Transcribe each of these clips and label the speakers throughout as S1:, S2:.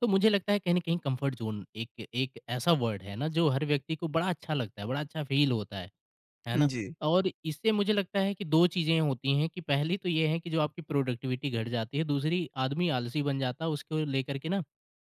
S1: तो मुझे लगता है कहीं न कहीं कम्फर्ट ज़ोन एक एक ऐसा वर्ड है ना जो हर व्यक्ति को बड़ा अच्छा लगता है, बड़ा अच्छा फ़ील होता है ना?
S2: जी।
S1: और इससे मुझे लगता है कि 2 चीज़ें होती हैं कि पहली तो ये है कि जो आपकी प्रोडक्टिविटी घट जाती है, दूसरी आदमी आलसी बन जाता है उसको लेकर के ना,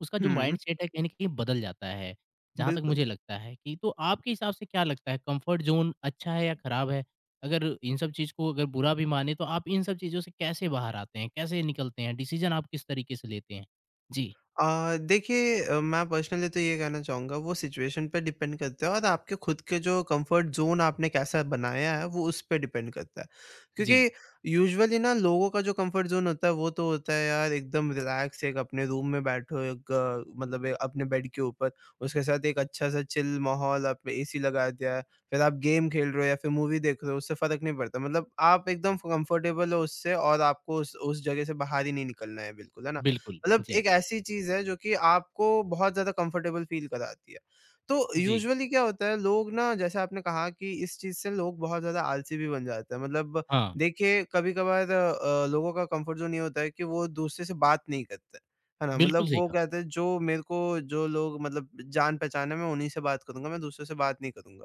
S1: उसका जो
S2: हुँ,
S1: माइंडसेट है कहीं न कहीं बदल जाता है, जहाँ तक
S2: बिल्कुल।
S1: मुझे लगता है कि तो आपके हिसाब से क्या लगता है कम्फर्ट ज़ोन अच्छा है या ख़राब है? अगर इन सब चीज़ को अगर बुरा भी माने तो आप इन सब चीज़ों से कैसे बाहर आते हैं? कैसे निकलते हैं? डिसीज़न आप किस तरीके से लेते हैं? जी,
S2: देखिए मैं पर्सनली तो ये कहना चाहूँगा वो सिचुएशन पे डिपेंड करता है और आपके खुद के जो कंफर्ट ज़ोन आपने कैसा बनाया है वो उस पे डिपेंड करता है।
S1: जी।
S2: क्योंकि यूजुअली ना लोगों का जो कंफर्ट ज़ोन होता है वो तो होता है यार एकदम रिलैक्स एक अपने रूम में बैठो एक मतलब एक अपने बेड के ऊपर उसके साथ एक अच्छा-सा चिल माहौल आपने एसी लगा दिया है, फिर आप गेम खेल रहे हो या फिर मूवी देख रहे हो उससे फ़र्क नहीं पड़ता। मतलब आप एकदम कंफर्टेबल हो उससे और आपको उस जगह से बाहर ही नहीं निकलना है बिल्कुल, है ना?
S1: बिल्कुल,
S2: मतलब
S1: जी,
S2: एक ऐसी चीज़ है जो कि आपको बहुत ज़्यादा कंफर्टेबल फ़ील कराती है। तो
S1: जी,
S2: यूजुअली क्या होता है लोग ना जैसे आपने कहा कि इस चीज़ से लोग बहुत ज़्यादा आलसी भी बन जाते हैं। मतलब
S1: हाँ,
S2: देखिए कभी-कभार लोगों का कंफर्ट ज़ोन ये होता है कि वो दूसरे से बात नहीं करते। है ना? मतलब
S1: बिल्कुल सही
S2: वो
S1: कहा।
S2: कहते हैं जो मेरे को जो लोग मतलब जान-पहचान है मैं उन्हीं से बात करूँगा, मैं दूसरों से बात नहीं करूँगा।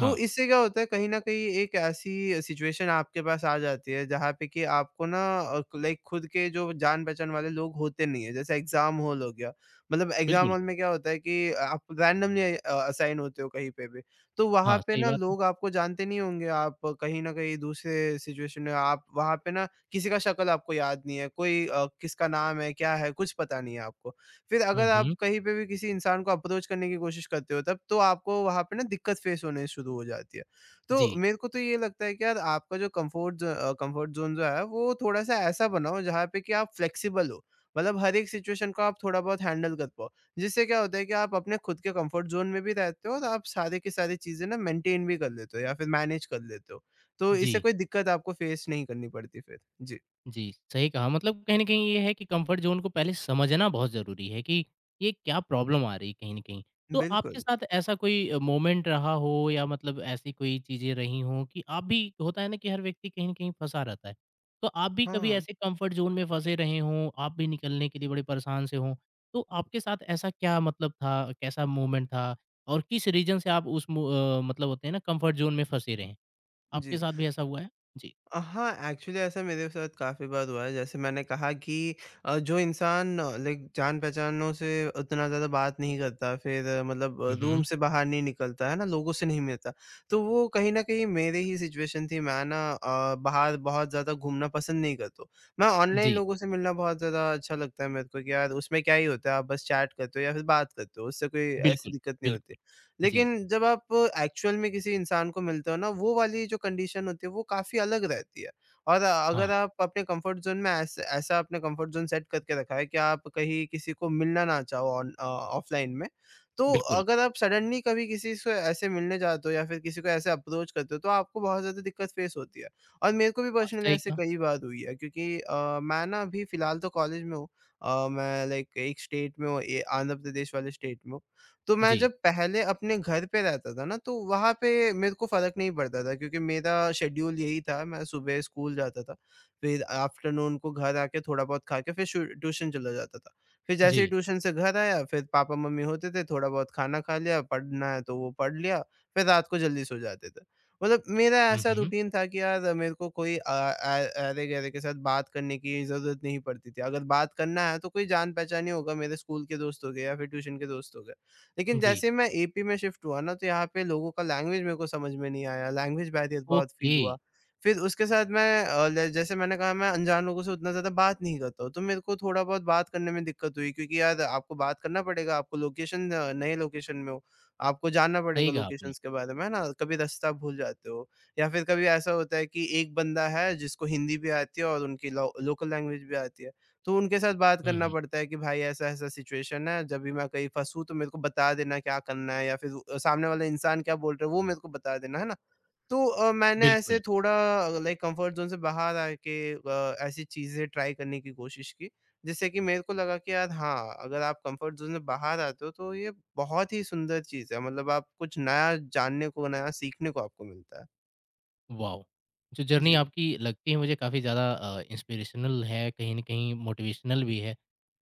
S2: तो इससे क्या होता है कहीं न कहीं एक ऐसी सिचुएशन आपके पास आ जाती है जहाँ पे कि आपको ना लाइक खुद के जो जान-पहचान वाले लोग होते नहीं है। जैसे एग्ज़ाम हॉल हो गया, मतलब एग्ज़ाम
S1: बिल्कुल,
S2: हॉल में क्या होता है कि आप रैंडमली असाइन होते हो कहीं पे भी। तो वहाँ
S1: हाँ,
S2: पे
S1: सही
S2: ना
S1: बात है।
S2: लोग आपको जानते नहीं होंगे, आप कहीं न कहीं दूसरे सिचुएशन में आप वहाँ पे ना किसी का शक्ल आपको याद नहीं है, कोई किसका नाम है, क्या है, कुछ पता नहीं है आपको। फिर
S1: हुँ,
S2: अगर आप
S1: हुँ,
S2: कहीं पे भी किसी इंसान को अप्रोच करने की कोशिश करते हो तब तो आपको वहाँ पे ना दिक्कत फेस होने शुरू हो जाती है।
S1: जी,
S2: तो मेरे को तो ये लगता है कि यार आपका जो कम्फर्ट ज़ोन जो है वो थोड़ा-सा ऐसा बनाओ जहाँ पे कि आप फ्लेक्सिबल हो। मतलब हर एक सिचुएशन को आप थोड़ा बहुत हैंडल कर पाओ। जिससे क्या होता है कि आप अपने खुद के कम्फर्ट ज़ोन में भी रहते हो और आप सारी की सारी चीज़ें ना मेंटेन भी कर लेते हो या फिर मैनेज कर लेते हो। तो
S1: जी।
S2: इससे कोई दिक्कत आपको फेस नहीं करनी पड़ती फिर। जी,
S1: जी, सही कहा मतलब कहीं न कहीं ये है कि कम्फर्ट ज़ोन को पहले समझना बहुत ज़रूरी है कि ये क्या प्रॉब्लम आ रही है कहीं न कहीं। तो आपके
S2: बिल्कुल।
S1: साथ ऐसा कोई मोमेंट रहा हो या मतलब ऐसी कोई चीज़ें रही हों कि आप भी होता है ना कि हर व्यक्ति कहीं न कहीं फँसा रहता है। तो आप भी कभी
S2: हाँ,
S1: ऐसे कम्फर्ट ज़ोन में फँसे रहे हों, आप भी निकलने के लिए बड़े परेशान से हों, तो आपके साथ ऐसा क्या मतलब था, कैसा मोमेंट था? और किस रीज़न से आप उस मतलब होते हैं ना कम्फर्ट ज़ोन में फँसे रहे हैं? आपके
S2: जी।
S1: साथ भी ऐसा हुआ है? जी।
S2: हाँ, एक्चुअली ऐसा मेरे साथ काफ़ी बार हुआ है। जैसे मैंने कहा कि जो इंसान लाइक जान-पहचानों से उतना ज़्यादा बात नहीं करता, फिर मतलब
S1: हुँ,
S2: रूम
S1: हुँ।
S2: से बाहर नहीं निकलता, है ना? लोगों से नहीं मिलता, तो वो कहीं न कहीं मेरे ही सिचुएशन थी। मैं ना बाहर बहुत ज़्यादा घूमना पसंद नहीं करता हूँ। मैं ऑनलाइन
S1: जी।
S2: लोगों से मिलना बहुत ज़्यादा अच्छा लगता है मेरे को कि यार उसमें क्या ही होता है, आप बस चैट करते हो या फिर बात करते हो, उससे कोई ऐसी
S1: बिल्कुल,
S2: दिक्कत नहीं होती।
S1: बिल्कुल। जी,
S2: लेकिन जब आप एक्चुअल में किसी इंसान को मिलते हो ना, वो वाली जो कंडीशन होती है, वो काफ़ी अलग रहती है। और अगर
S1: हाँ,
S2: आप अपने कम्फर्ट ज़ोन में ऐस ऐसा अपने कम्फर्ट ज़ोन सेट करके रखा है कि आप कहीं किसी को मिलना ना चाहो ऑफ़लाइन में, तो
S1: बिल्कुल।
S2: अगर आप सडनली कभी किसी से ऐसे मिलने जाते हो या फिर किसी को ऐसे अप्रोच करते हो, तो आपको बहुत ज़्यादा दिक्कत फ़ेस होती है। और मेरे को भी
S1: हाँ,
S2: पर्सनली
S1: सही
S2: ऐसे
S1: कहा।
S2: कई बार हुई है क्योंकि मैं ना अभी फ़िलहाल तो कॉलेज में हूँ। मैं लाइक एक स्टेट में हूँ, ये आंध्र प्रदेश वाले स्टेट में हूँ। तो मैं
S1: जी,
S2: जब पहले अपने घर पे रहता था ना, तो वहाँ पे मेरे को फ़र्क नहीं पड़ता था क्योंकि मेरा शेड्यूल यही था, मैं सुबह स्कूल जाता था, फिर आफ्टरनून को घर आके थोड़ा बहुत खा के फिर शु ट्यूशन चला जाता था। फिर जैसे
S1: जी।
S2: ही ट्यूशन से घर आया, फिर पापा-मम्मी होते थे, थोड़ा बहुत खाना खा लिया, पढ़ना है तो वो पढ़ लिया, फिर रात को जल्दी सो जाते थे। मतलब मेरा
S1: हुँ,
S2: ऐसा
S1: हुँ।
S2: रूटीन था कि यार मेरे को कोई अरे-गरे के साथ बात करने की ज़रूरत नहीं पड़ती थी। अगर बात करना है तो कोई जान-पहचान ही होगा, मेरे स्कूल के दोस्त हो गए या फिर ट्यूशन के दोस्त हो गए। लेकिन
S1: जी,
S2: जैसे मैं एपी में शिफ्ट हुआ ना, तो यहाँ पे लोगों का लैंग्वेज मेरे को समझ में नहीं आया, लैंग्वेज बैरियर बहुत फ़ील
S1: ओके,
S2: हुआ। फिर उसके साथ मैं अ, ल जैसे मैंने कहा मैं अनजान लोगों से उतना ज़्यादा बात नहीं करता हूँ, तो मेरे को थोड़ा बहुत बात करने में दिक्कत हुई क्योंकि यार आपको बात करना पड़ेगा, आपको नए लोकेशन में हो, आपको जानना पड़ेगा
S1: सही कहा आपने।
S2: लोकेशंस के बारे में, है ना? कभी रास्ता भूल जाते हो या फिर कभी ऐसा होता है कि एक बंदा है जिसको हिंदी भी आती है और उनकी लो लोकल लैंग्वेज भी आती है। तो उनके साथ बात
S1: हुँ,
S2: करना
S1: हुँ,
S2: पड़ता है कि भाई ऐसा-ऐसा सिचुएशन है, जब भी मैं कहीं फँसूँ तो मेरे को बता देना क्या करना है या फिर सामने वाला इंसान क्या बोल रहा है वो मेरे को बता देना, है ना? तो मैंने ऐसे
S1: बिल्कुल।
S2: थोड़ा लाइक कम्फर्ट ज़ोन से बाहर आके ऐसी चीज़ें ट्राई करने की कोशिश की, जिससे कि मेरे को लगा कि यार हाँ, अगर आप कम्फर्ट ज़ोन से बाहर आते हो तो ये बहुत ही सुंदर चीज़ है, मतलब आप कुछ नया जानने को, नया सीखने को आपको मिलता है।
S1: वाओ! जो जर्नी
S2: जी।
S1: आपकी लगती है मुझे काफ़ी ज़्यादा इंस्पिरेशनल है, कहीं न कहीं मोटिवेशनल भी है।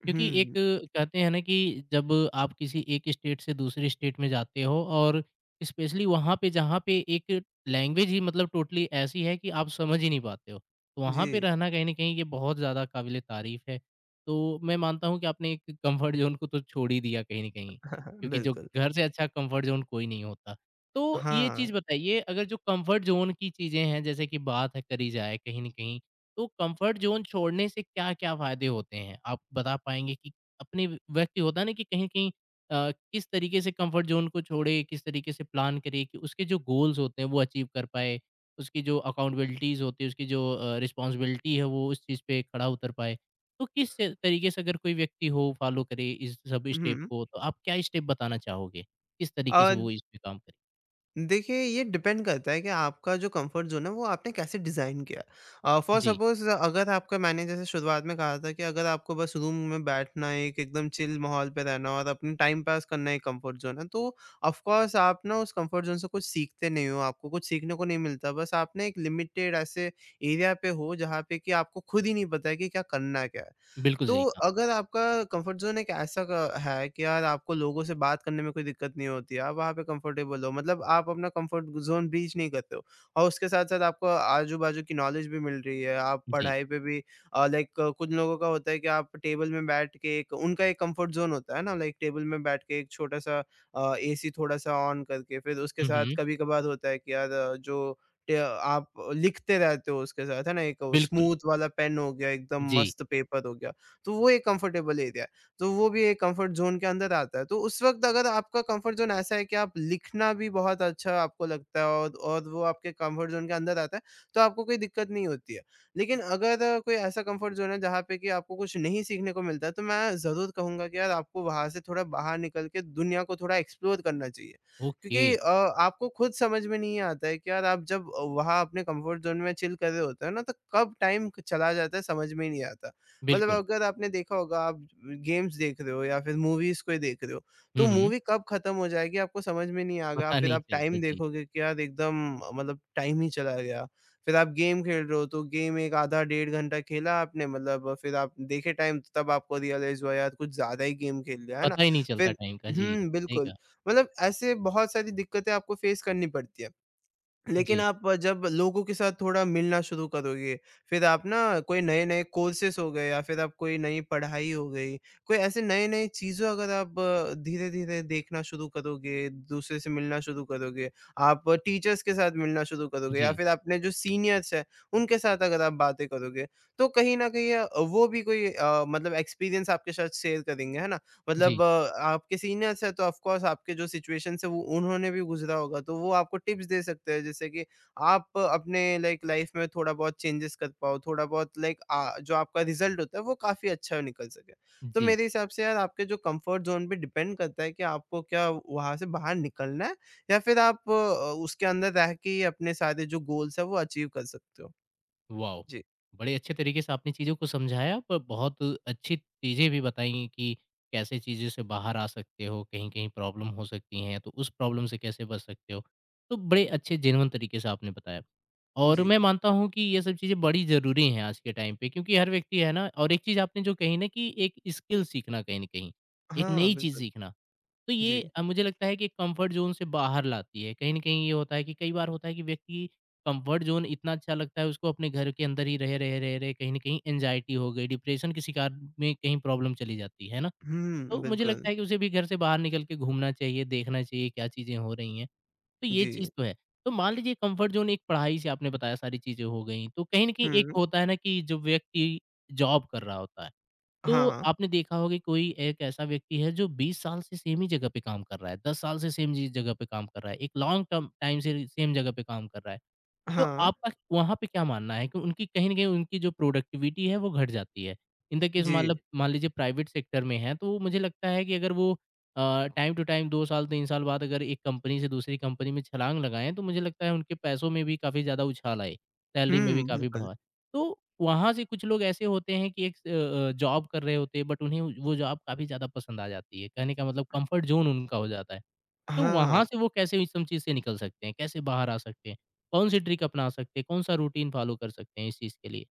S1: क्योंकि एक
S2: हुँ,
S1: कहते हैं ना कि जब आप किसी एक स्टेट से दूसरी स्टेट में जाते हो और स्पेशली वहाँ पे जहाँ पे एक लैंग्वेज ही मतलब टोटली ऐसी है कि आप समझ ही नहीं पाते हो, तो
S2: जी।
S1: वहाँ पे रहना कहीं न कहीं ये बहुत ज़्यादा काबिले तारीफ़ है। तो मैं मानता हूँ कि आपने एक कम्फ़र्ट ज़ोन को तो छोड़ ही दिया कहीं न कहीं,
S2: हाँ,
S1: क्योंकि जो
S2: बिल्कुल।
S1: घर से अच्छा कम्फ़र्ट ज़ोन कोई नहीं होता। तो ये
S2: हाँ।
S1: चीज़ बताइए अगर जो कंफर्ट ज़ोन की चीज़ें हैं जैसे कि बात है करी जाए कहीं न कहीं, तो कंफर्ट ज़ोन छोड़ने से क्या-क्या फ़ायदे होते हैं? आप बता पाएँगे कि अपने व्यक्ति होता है ना कि कहीं न कहीं किस तरीके से कंफर्ट ज़ोन को छोड़े, किस तरीके से प्लान करे कि उसके जो गोल्स होते हैं वो अचीव कर पाए, उसकी जो अकाउंटेबिलिटीज़ होती है, उसकी जो रिस्पॉन्सिबिलिटी है वो उस चीज़ पे खड़ा उतर पाए। तो तरीके से अगर कोई व्यक्ति हो फॉलो करे इस सभी स्टेप
S2: हुँ।
S1: को, तो आप क्या स्टेप बताना चाहोगे? किस तरीके से
S2: और
S1: वो इस पे काम करे?
S2: देखिए, ये डिपेंड करता है कि आपका जो कंफर्ट ज़ोन है, वो आपने कैसे डिज़ाइन किया। फॉर
S1: जी,
S2: सपोज़ अगर आपका मैंने जैसे शुरुआत में कहा था कि अगर आपको बस रूम में बैठना है, एक एकदम चिल माहौल पे रहना और अपना टाइम पास करना है एक कंफर्ट ज़ोन है, तो ऑफ़ कोर्स आप ना उस कंफर्ट ज़ोन से कुछ सीखते नहीं हो, आपको कुछ सीखने को नहीं मिलता। बस आप ना एक लिमिटेड ऐसे एरिया पे हो, जहाँ पे कि आपको खुद ही नहीं पता है कि क्या करना है, क्या है।
S1: बिल्कुल
S2: तो
S1: सही कहा।
S2: अगर आपका कंफर्ट ज़ोन एक ऐसा क है कि यार आपको लोगों से बात करने में कोई दिक्कत नहीं होती, आप वहाँ पे कंफर्टेबल हो, मतलब आप अपना कंफर्ट ज़ोन ब्रीच नहीं करते हो और उसके साथ-साथ आपको आजू-बाजू की नॉलेज भी मिल रही है, आप
S1: जी।
S2: पढ़ाई पे भी लाइक कुछ लोगों का होता है कि आप टेबल में बैठ के एक उनका एक कंफर्ट ज़ोन होता है ना, लाइक टेबल में बैठ के एक छोटा-सा एसी थोड़ा-सा ऑन करके फिर उसके
S1: हुँ,
S2: साथ
S1: हुँ,
S2: कभी-कभार होता है कि यार जो ट आप लिखते रहते हो उसके साथ, है ना? एक
S1: बिल्कुल।
S2: स्मूथ वाला पेन हो गया, एकदम
S1: जी,
S2: मस्त पेपर हो गया। तो वो एक कंफर्टेबल एरिया है। तो वो भी एक कंफर्ट ज़ोन के अंदर आता है। तो उस वक़्त अगर आपका कंफर्ट ज़ोन ऐसा है कि आप लिखना भी बहुत अच्छा आपको लगता है और वो आपके कंफर्ट ज़ोन के अंदर आता है, तो आपको कोई दिक्कत नहीं होती है। लेकिन अगर कोई ऐसा कंफर्ट ज़ोन है जहाँ पे कि आपको कुछ नहीं सीखने को मिलता है, तो मैं ज़रूर कहूँगा कि यार आपको वहाँ से थोड़ा बाहर निकल के दुनिया को थोड़ा एक्सप्लोर करना चाहिए।
S1: ओके,
S2: क्योंकि आपको खुद समझ में नहीं आता है कि यार आप जब वहाँ अपने कंफर्ट ज़ोन में चिल कर रहे होते हो ना, तो कब टाइम क चला जाता है समझ में ही नहीं आता। मतलब
S1: बिल्कुल।
S2: अगर आपने देखा होगा आप गेम्स देख रहे हो या फिर मूवीज कोई देख रहे हो तो
S1: हुँ, हुँ,
S2: मूवी कब खत्म हो जाएगी आपको समझ में नहीं आएगा
S1: पता
S2: फिर
S1: नहीं
S2: आप
S1: चलता,
S2: टाइम
S1: जी।
S2: देखोगे कि यार एकदम मतलब टाइम ही चला गया फिर आप गेम खेल रहे हो तो गेम एक आधा डेढ़ घंटा खेला आपने मतलब फिर आप देखे टाइम तो तब आपको रियलाइज हुआ यार कुछ ज्यादा ही गेम खेल लिया है ना
S1: पता ही नहीं चलता
S2: फिर
S1: टाइम का, जी, सही
S2: बिल्कुल
S1: कहा।
S2: मतलब ऐसे बहुत सारी दिक्कतें आपको फेस करनी पड़ती है लेकिन
S1: जी,
S2: आप जब लोगों के साथ थोड़ा मिलना शुरू करोगे, फिर आप ना कोई नए-नए कोर्सेस हो गए या फिर आप कोई नई पढ़ाई हो गई, कोई ऐसे नए-नए चीज़ों अगर आप धीरे-धीरे देखना शुरू करोगे, दूसरे से मिलना शुरू करोगे, आप टीचर्स के साथ मिलना शुरू करोगे या
S1: जी,
S2: फिर अपने जो सीनियर्स हैं, उनके साथ अगर आप बातें करोगे, तो कहीं न कहीं वो भी कोई मतलब एक्सपीरियंस आपके साथ शेयर करेंगे, है ना?
S1: जी,
S2: मतलब आपके सीनियर्स हैं तो ऑफ कोर्स आपके जो सिचुएशन है वो उन्होंने भी गुज़रा होगा तो वो आपको टिप्स दे सकते हैं जैसे कि आप अपने लाइक लाइफ़ में थोड़ा बहुत चेंजेस कर पाओ, थोड़ा बहुत लाइक जो आपका रिज़ल्ट होता है वो काफ़ी अच्छा निकल सके। तो
S1: जी।
S2: मेरे हिसाब से यार आपके जो कम्फर्ट ज़ोन पे डिपेंड करता है कि आपको क्या वहाँ से बाहर निकलना है या फिर आप उसके अंदर रह के ही अपने सारे जो गोल्स हैं वो अचीव कर सकते हो।
S1: वाओ!
S2: जी।
S1: बड़े अच्छे तरीके से आपने चीज़ों को समझाया पर बहुत अच्छी चीज़ें भी बताई कि कैसे चीज़ों से बाहर आ सकते हो, कहीं-कहीं प्रॉब्लम हो सकती हैं, तो उस प्रॉब्लम से कैसे बच सकते हो। तो बड़े अच्छे जेन्युइन तरीके से आपने बताया और
S2: जी।
S1: मैं मानता हूँ कि ये सब चीज़ें बड़ी ज़रूरी हैं आज के टाइम पे क्योंकि हर व्यक्ति है ना और एक चीज़ आपने जो कही ना कि एक स्किल सीखना कहीं न कहीं, एक
S2: हाँ,
S1: नई चीज़
S2: बिल्कुल।
S1: सीखना। तो
S2: जी।
S1: ये मुझे लगता है कि कंफर्ट जोन से बाहर लाती है। कहीं न कहीं ये होता है कि कई बार होता है कि व्यक्ति कंफर्ट जोन इतना अच्छा लगता है उसको अपने घर के अंदर ही रहे, रहे, रहे, रहे कहीं न कहीं एंग्ज़ायटी हो गई, डिप्रेशन के शिकार में कहीं प्रॉब्लम चली जाती है ना?
S2: हुँ,
S1: तो मुझे
S2: बिल्कुल।
S1: लगता है कि उसे भी घर से बाहर निकल के घूमना चाहिए, देखना चाहिए क्या चीज़ें हो रही हैं। तो ये चीज़
S2: जी।
S1: तो है। तो मान लीजिए कंफर्ट जोन एक पढ़ाई से आपने बताया सारी चीज़ें हो गई। तो कहीं न कहीं एक
S2: हुँ।
S1: होता है ना कि जो व्यक्ति जॉब कर रहा होता है तो
S2: हाँ, हाँ।
S1: आपने देखा होगा कि कोई एक ऐसा व्यक्ति है जो 20 साल से सेम ही जगह पे काम कर रहा है, 10 साल से सेम जी जगह पे काम कर रहा है, एक लॉन्ग टर्म टाइम से सेम जगह पे काम कर रहा है। तो
S2: हाँ,
S1: आपका वहाँ पे क्या मानना है कि उनकी कहीं न कहीं उनकी जो प्रोडक्टिविटी है वो घट जाती है। इन द केस
S2: जी।
S1: मतलब मान लीजिए प्राइवेट सेक्टर में है तो मुझे लगता है कि अगर वो टाइम टू टाइम 2 साल 3 साल बाद अगर एक कंपनी से दूसरी कंपनी में छलाँग लगाएँ तो मुझे लगता है उनके पैसों में भी काफ़ी ज़्यादा उछाल आए, सैलरी में भी
S2: हुँ,
S1: काफ़ी
S2: बिल्कुल।
S1: बढ़ाव आए। तो वहाँ से कुछ लोग ऐसे होते हैं कि एक स अ अ, जॉब कर रहे होते हैं बट उन्हें वो जॉब काफ़ी ज़्यादा पसंद आ जाती है। कहने का मतलब कम्फर्ट ज़ोन उनका हो जाता है। तो
S2: हाँ,
S1: वहाँ से वो कैसे इस सब चीज़ से निकल सकते हैं? कैसे बाहर आ सकते हैं? कौन-सी ट्रिक अपना सकते हैं? कौन-सा रूटीन फ़ॉलो कर सकते हैं इस चीज़ के लिए?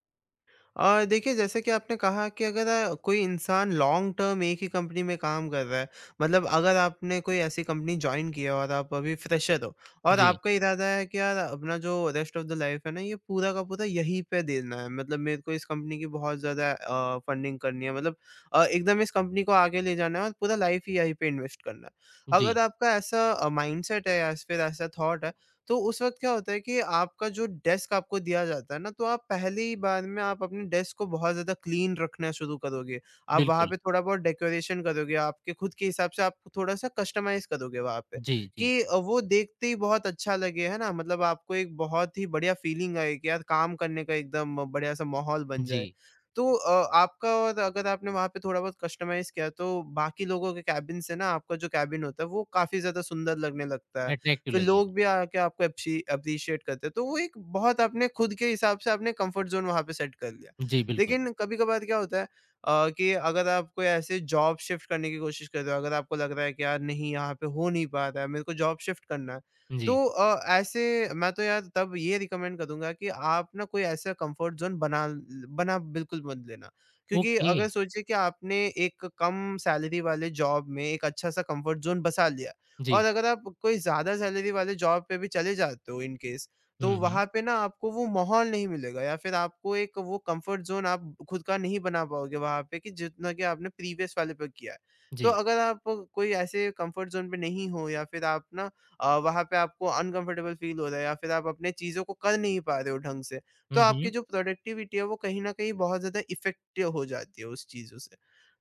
S2: और देखिए जैसे कि आपने कहा कि अगर कोई इंसान लॉन्ग टर्म एक ही कंपनी में काम कर रहा है, मतलब अगर आपने कोई ऐसी कंपनी जॉइन की है और आप अभी फ्रेशर हो और
S1: जी,
S2: आपका इरादा है कि यार अपना जो रेस्ट ऑफ द लाइफ है ना, ये पूरा का पूरा यहीं पे देना है। मतलब मेरे को इस कंपनी की बहुत ज़्यादा फंडिंग करनी है मतलब एकदम इस कंपनी को आगे ले जाना है और पूरा लाइफ ही यहीं पे इन्वेस्ट करना है। अगर
S1: जी,
S2: आपका ऐसा माइंडसेट है या फिर ऐसा थॉट है, तो उस वक़्त क्या होता है कि आपका जो डेस्क आपको दिया जाता है ना, तो आप पहली बार में आप अपने डेस्क को बहुत ज़्यादा क्लीन रखना शुरू करोगे। आप वहाँ
S1: बिल्कुल।
S2: पे थोड़ा-बहुत डेकोरेशन करोगे, आपके खुद के हिसाब से आप थोड़ा-सा कस्टमाइज़ करोगे वहाँ पे
S1: जी, जी,
S2: कि वो देखते ही बहुत अच्छा लगे, है ना? मतलब आपको एक बहुत ही बढ़िया फीलिंग आए कि यार काम करने का एकदम बढ़िया-सा माहौल बन जाए।
S1: जी,
S2: तो आपका और अगर आपने वहाँ पे थोड़ा-बहुत कस्टमाइज़ किया, तो बाकी लोगों के केबिन से ना आपका जो केबिन होता है, वो काफ़ी ज़्यादा सुंदर लगने लगता है।
S1: अट्रैक्टिव
S2: फिर
S1: लगेगा।
S2: लोग भी आके आपको एप्शी एप्रिशिएट करते हैं। तो वो एक बहुत आपने खुद के हिसाब से आपने कंफर्ट ज़ोन वहाँ पे सेट कर लिया।
S1: जी, बिल्कुल।
S2: लेकिन कभी-कभार क्या होता है कि अगर आप कोई ऐसे जॉब शिफ्ट करने की कोशिश कर रहे हो, अगर आपको लग रहा है कि यार नहीं यहाँ पे हो नहीं पा रहा है, मेरे को जॉब शिफ्ट करना है। तो
S1: जी,
S2: ऐसे मैं तो यार तब ये रिकमेंड करूँगा कि आप ना कोई ऐसा कंफर्ट ज़ोन बना ल बना बिल्कुल मत लेना। क्योंकि
S1: ओके।
S2: अगर सोचिए कि आपने एक कम सैलरी वाले जॉब में एक अच्छा-सा कंफर्ट ज़ोन बसा लिया। और
S1: जी,
S2: अगर आप कोई ज़्यादा सैलरी वाले जॉब पे भी चले जाते हो इन केस, तो
S1: हुँ, हुँ।
S2: वहाँ पे ना आपको वो माहौल नहीं मिलेगा या फिर आपको एक वो कंफर्ट ज़ोन आप खुद का नहीं बना पाओगे वहाँ पे कि जितना कि आपने प्रीवियस वाले पे किया है। तो
S1: जी,
S2: अगर आप कोई ऐसे कंफर्ट ज़ोन पे नहीं हो या फिर आप वहाँ पे आपको अनकंफर्टेबल फ़ील हो रहा है या फिर आप अपने चीज़ों को कर नहीं पा रहे हो ढंग से, तो
S1: हुँ,
S2: आपकी
S1: हुँ,
S2: जो प्रोडक्टिविटी है वो कहीं न कहीं बहुत ज़्यादा इफ़ेक्ट हो जाती है उस चीज़ों से।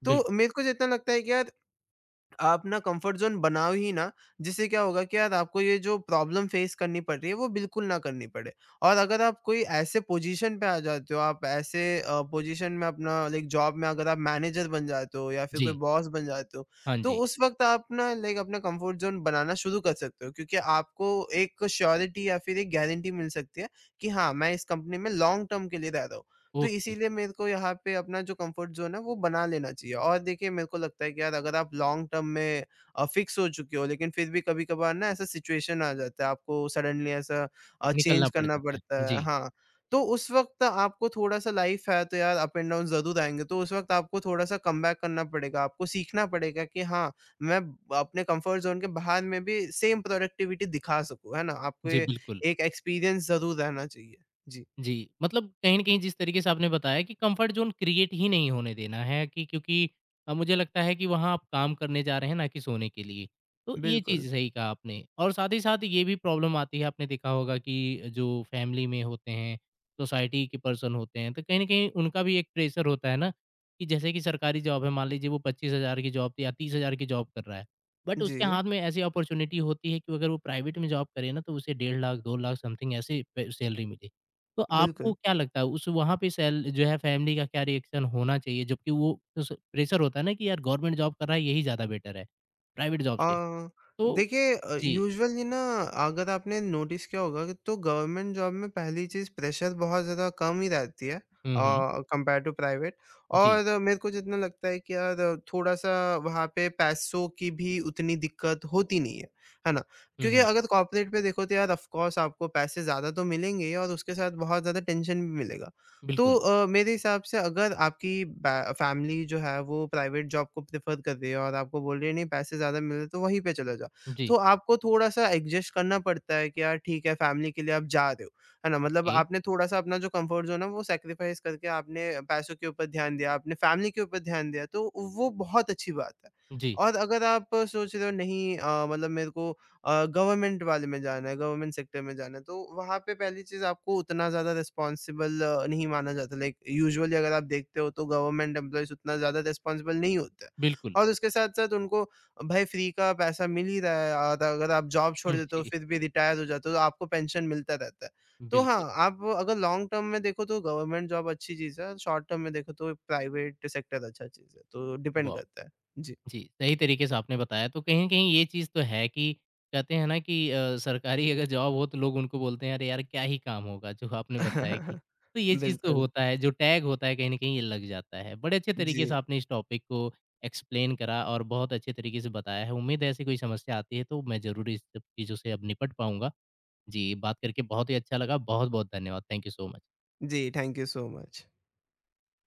S2: तो
S1: बिल्कुल।
S2: मेरे को जितना लगता है कि यार आप ना कंफर्ट ज़ोन बनाओ ही ना, जिससे क्या होगा कि यार आपको ये जो प्रॉब्लम फेस करनी पड़ रही है, वो बिल्कुल ना करनी पड़े। और अगर आप कोई ऐसे पोज़ीशन पे आ जाते हो, आप ऐसे पोज़ीशन में अपना लाइक जॉब में अगर आप मैनेजर बन जाते हो या फिर कोई
S1: जी,
S2: बॉस बन जाते हो,
S1: हाँ
S2: तो
S1: जी,
S2: उस वक़्त आप ना लाइक अपना कंफर्ट ज़ोन बनाना शुरू कर सकते हो क्योंकि आपको एक श्योरिटी या फिर एक गारंटी मिल सकती है कि हाँ, मैं इस कंपनी में लॉन्ग टर्म के लिए रह रहा हूँ। तो
S1: ओके,
S2: इसीलिए मेरे को यहाँ पे अपना जो कंफर्ट ज़ोन है वो बना लेना चाहिए और देखिए मेरे को लगता है कि यार अगर आप लॉन्ग टर्म में फ़िक्स हो चुके हो लेकिन फिर भी कभी-कभार ना ऐसा सिचुएशन आ जाता है आपको सडनली ऐसा
S1: निकलना
S2: चेंज
S1: पड़
S2: करना
S1: जाता है।
S2: पड़ता है
S1: जी,
S2: हाँ, तो उस वक़्त आपको थोड़ा-सा लाइफ़ है तो यार अप एंड डाउन ज़रूर आएँगे तो उस वक़्त आपको थोड़ा-सा कमबैक करना पड़ेगा, आपको सीखना पड़ेगा कि हाँ, मैं अपने कंफर्ट ज़ोन के बाहर में भी सेम प्रोडक्टिविटी दिखा सकूँ, है ना? आपको
S1: जी,
S2: ये
S1: बिल्कुल।
S2: एक एक्सपीरियंस ज़रूर रहना चाहिए। जी,
S1: जी, मतलब कहीं न कहीं जिस तरीके से आपने बताया कि कम्फर्ट ज़ोन क्रिएट ही नहीं होने देना है कि क्योंकि मुझे लगता है कि वहाँ आप काम करने जा रहे हैं ना कि सोने के लिए। तो ये
S2: बिल्कुल।
S1: चीज़ सही कहा आपने और साथ ही साथ ये भी प्रॉब्लम आती है आपने देखा होगा कि जो फैमिली में होते हैं, सोसाइटी के पर्सन होते हैं, तो कहीं न कहीं उनका भी एक प्रेशर होता है ना कि जैसे कि सरकारी जॉब है मान लीजिए वो 25,000 की जॉब या 30,000 की जॉब कर रहा है। बट उसके
S2: जी।
S1: हाथ में ऐसी अपॉर्च्युनिटी होती है कि अगर वो प्राइवेट में जॉब करे ना तो उसे 1.5 लाख 2 लाख समथिंग ऐसे पे सैलरी मिले। तो आपको
S2: बिल्कुल।
S1: क्या लगता है उस वहाँ पे सैल जो है फैमिली का क्या रिएक्शन होना चाहिए? जबकि वो उस प्रेशर होता है ना कि यार गवर्नमेंट जॉब कर रहा है यही ज़्यादा बेटर है, प्राइवेट जॉब से।
S2: अ,
S1: तो
S2: देखिए
S1: जी।
S2: यूजुअली ना अगर आपने नोटिस किया होगा कि तो गवर्नमेंट जॉब में पहली चीज़ प्रेशर बहुत ज़्यादा कम ही रहती है
S1: हुँ, हुँ।
S2: कंपेयर टू प्राइवेट
S1: जी।
S2: और मेरे को जितना लगता है कि यार थोड़ा-सा वहाँ पे पैसों की भी उतनी दिक्कत होती नहीं है, है ना?
S1: हुँ,
S2: क्योंकि
S1: हुँ।
S2: अगर कॉर्पोरेट पे देखो तो यार ऑफ कोर्स आपको पैसे ज़्यादा तो मिलेंगे ही और उसके साथ बहुत ज़्यादा टेंशन भी मिलेगा। तो
S1: बिल्कुल।
S2: मेरे हिसाब से अगर आपकी बै फैमिली जो है वो प्राइवेट जॉब को प्रेफ़र कर रही है और आपको बोल रही है नहीं पैसे ज़्यादा मिल रहे हैं तो वहीं पे चले जाओ। तो
S1: जी।
S2: आपको थोड़ा-सा एडजस्ट करना पड़ता है कि यार ठीक है फैमिली के लिए आप जा रहे हो, है ना? मतलब
S1: ए
S2: आपने थोड़ा-सा अपना जो कम्फ़र्ट ज़ोन है वो सैक्रिफ़ाइस करके आपने पैसों के ऊपर ध्यान दिया, आपने फैमिली के ऊपर ध्यान दिया तो वो बहुत अच्छी बात है।
S1: जी।
S2: और अगर आप सोच रहे हो नहीं मतलब मेरे को गवर्नमेंट वाले में जाना है, गवर्नमेंट सेक्टर में जाना है, तो वहाँ पे पहली चीज़ आपको उतना ज़्यादा रिस्पॉन्सिबल नहीं माना जाता। लाइक यूजुअली अगर आप देखते हो तो गवर्नमेंट एम्प्लॉइज़ उतना ज़्यादा रिस्पॉन्सिबल नहीं होते हैं
S1: बिल्कुल।
S2: और उसके साथ-साथ उनको भाई फ्री का पैसा मिल ही रहा है और अगर आप जॉब छोड़
S1: हुँ,
S2: देते हो,
S1: जी।
S2: फिर भी रिटायर हो जाते हो, तो आपको पेंशन मिलता रहता है। तो हाँ,
S1: बिल्कुल।
S2: आप अगर लॉन्ग टर्म में देखो तो गवर्नमेंट जॉब अच्छी चीज़ है, शॉर्ट टर्म में देखो तो प्राइवेट सेक्टर अच्छा चीज़ है, तो डिपेंड
S1: वाह!
S2: करता है। जी।
S1: जी, सही तरीके से आपने बताया। तो कहीं न कहीं ये चीज़ तो है कि कहते हैं ना कि सरकारी अगर जॉब हो तो लोग उनको बोलते हैं, "अरे यार, क्या ही काम होगा?" जो आपने बताया कि तो ये चीज़ तो
S2: बिल्कुल।
S1: होता है, जो टैग होता है कहीं न कहीं ये लग जाता है। बड़े अच्छे तरीके
S2: जी।
S1: से आपने इस टॉपिक को एक्सप्लेन करा और बहुत अच्छे तरीके से बताया है। उम्मीद है ऐसी कोई समस्या आती है तो मैं ज़रूर इस सब चीज़ों से अब निपट पाऊँगा। जी, बात करके बहुत ही अच्छा लगा। बहुत-बहुत धन्यवाद। Thank you so much.
S2: जी, थैंक यू सो मच।